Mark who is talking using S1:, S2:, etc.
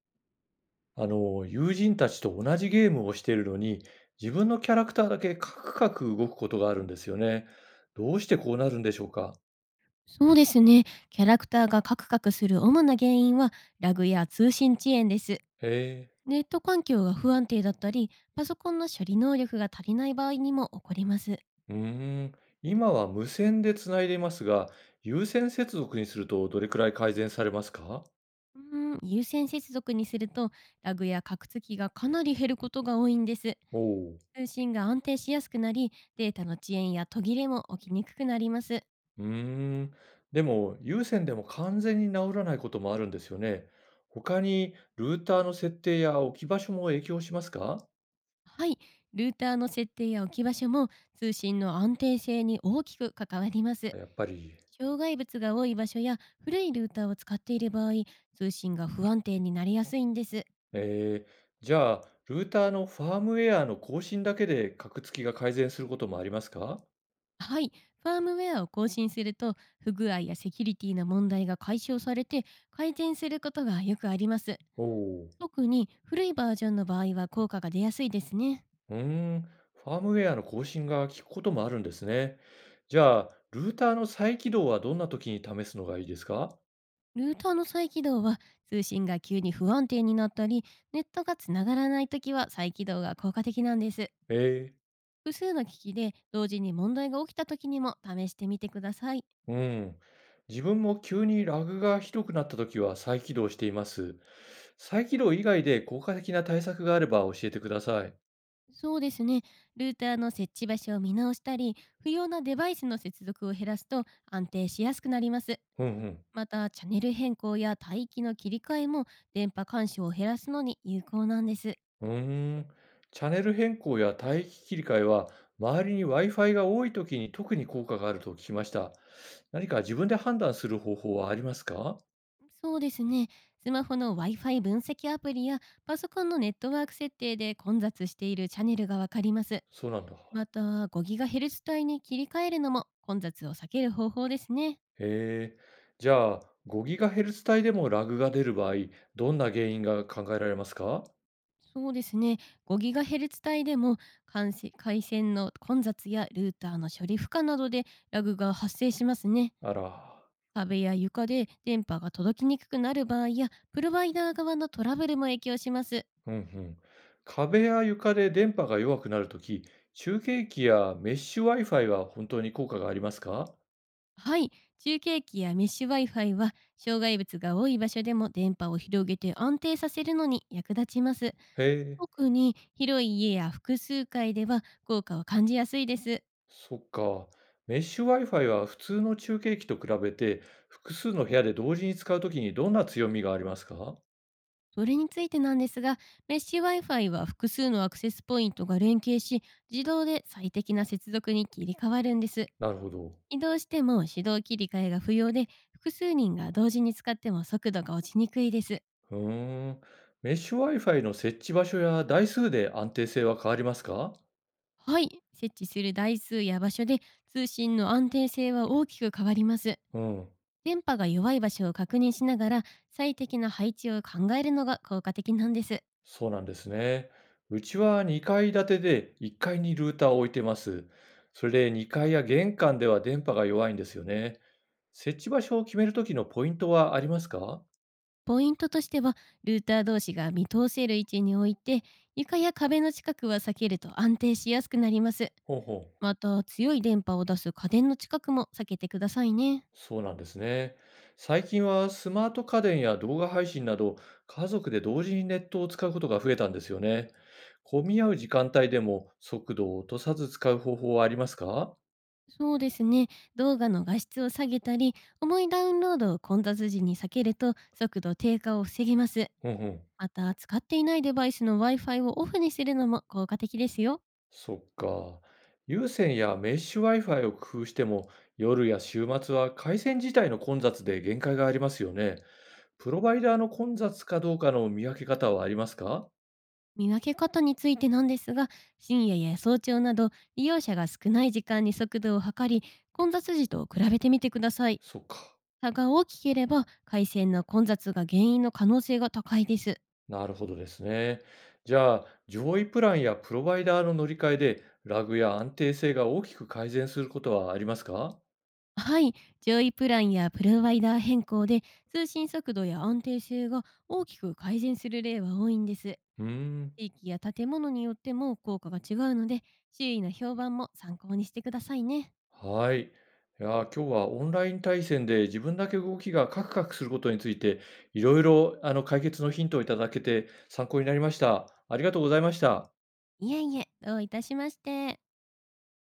S1: 友人たちと同じゲームをしているのに、自分のキャラクターだけカクカク動くことがあるんですよね。どうしてこうなるんでしょうか？
S2: そうですね。キャラクターがカクカクする主な原因はラグや通信遅延です。
S1: へ
S2: ネット環境が不安定だったり、パソコンの処理能力が足りない場合にも起こります。
S1: え。うーん。今は無線でつないでいますが、有線接続にするとどれくらい改善されますか？
S2: 有線接続にするとラグやカクつきがかなり減ることが多いんです。
S1: おおう。
S2: 通信が安定しやすくなり、データの遅延や途切れも起きにくくなります。
S1: うーん。でも、有線でも完全に治らないこともあるんですよね。他に、ルーターの設定や置き場所も影響しますか？
S2: はい、ルーターの設定や置き場所も通信の安定性に大きく関わります。
S1: やっぱり。
S2: 障害物が多い場所や古いルーターを使っている場合、通信が不安定になりやすいんです。
S1: えーじゃあ、ルーターのファームウェアの更新だけで格付きが改善することもありますか？
S2: はい、ファームウェアを更新すると、不具合やセキュリティの問題が解消されて、改善することがよくあります。
S1: おお。
S2: 特に古いバージョンの場合は効果が出やすいですね。
S1: うーん、ファームウェアの更新が効くこともあるんですね。じゃあ、ルーターの再起動はどんな時に試すのがいいですか？
S2: ルーターの再起動は、通信が急に不安定になったり、ネットがつながらないときは再起動が効果的なんです。
S1: ええ。
S2: 複数の機器で同時に問題が起きたときにも試してみてください。
S1: うん。自分も急にラグがひどくなった時は再起動しています。再起動以外で効果的な対策があれば教えてください。
S2: そうですね。ルーターの設置場所を見直したり、不要なデバイスの接続を減らすと安定しやすくなります。
S1: うんうん。
S2: また、チャンネル変更や帯域の切り替えも電波干渉を減らすのに有効なんです。
S1: うーん。チャンネル変更や帯域切り替えは、周りに Wi-Fi が多いときに特に効果があると聞きました。何か自分で判断する方法はありますか？
S2: そうですね。スマホの Wi-Fi 分析アプリやパソコンのネットワーク設定で、混雑しているチャンネルがわかります。
S1: そうなんだ。
S2: また、5GHz 帯に切り替えるのも混雑を避ける方法ですね。
S1: へえ。じゃあ、5GHz 帯でもラグが出る場合、どんな原因が考えられますか？
S2: そうですね。5GHz 帯でも、感染回線の混雑やルーターの処理負荷などでラグが発生しますね。
S1: あら。
S2: 壁や床で電波が届きにくくなる場合や、プロバイダー側のトラブルも影響します。
S1: うんうん。壁や床で電波が弱くなるとき、中継機やメッシュ Wi-Fi は本当に効果がありますか？
S2: はい、中継機やメッシュ Wi-Fi は、障害物が多い場所でも電波を広げて安定させるのに役立ちます。
S1: へえ。
S2: 特に広い家や複数階では効果を感じやすいです。
S1: そっか。メッシュ Wi-Fi は普通の中継機と比べて、複数の部屋で同時に使うときにどんな強みがありますか？
S2: それについてなんですが、メッシュ Wi-Fi は複数のアクセスポイントが連携し、自動で最適な接続に切り替わるんです。
S1: なるほど。
S2: 移動しても手動切り替えが不要で、複数人が同時に使っても速度が落ちにくいです。
S1: うーん。メッシュ Wi-Fi の設置場所や台数で安定性は変わりますか？
S2: はい、設置する台数や場所で通信の安定性は大きく変わります。
S1: うん。
S2: 電波が弱い場所を確認しながら、最適な配置を考えるのが効果的なんです。
S1: そうなんですね。うちは2階建てで1階にルーターを置いてます。それで2階や玄関では電波が弱いんですよね。設置場所を決めるときのポイントはありますか？
S2: ポイントとしては、ルーター同士が見通せる位置に置いて、床や壁の近くは避けると安定しやすくなります。
S1: ほうほう。
S2: また、強い電波を出す家電の近くも避けてくださいね。
S1: そうなんですね。最近はスマート家電や動画配信など、家族で同時にネットを使うことが増えたんですよね。混み合う時間帯でも速度を落とさず使う方法はありますか？
S2: そうですね。動画の画質を下げたり、重いダウンロードを混雑時に避けると速度低下を防げます。
S1: うんうん。
S2: また、使っていないデバイスの Wi-Fi をオフにするのも効果的ですよ。
S1: そっか。有線やメッシュ Wi-Fi を工夫しても、夜や週末は回線自体の混雑で限界がありますよね。プロバイダーの混雑かどうかの見分け方はありますか？
S2: 見分け方についてなんですが、深夜や早朝など利用者が少ない時間に速度を測り、混雑時と比べてみてください。
S1: そっか。
S2: 差が大きければ、回線の混雑が原因の可能性が高いです。
S1: なるほどですね。じゃあ、上位プランやプロバイダーの乗り換えで、ラグや安定性が大きく改善することはありますか？
S2: はい、上位プランやプロワイダー変更で通信速度や安定性が大きく改善する例は多いんです。
S1: うーん、
S2: 地域や建物によっても効果が違うので、周囲の評判も参考にしてくださいね。
S1: はい。いやー、今日はオンライン対戦で自分だけ動きがカクカクすることについて、いろいろ解決のヒントをいただけて参考になりました。ありがとうございました。
S2: いえいえ、どういたしまして。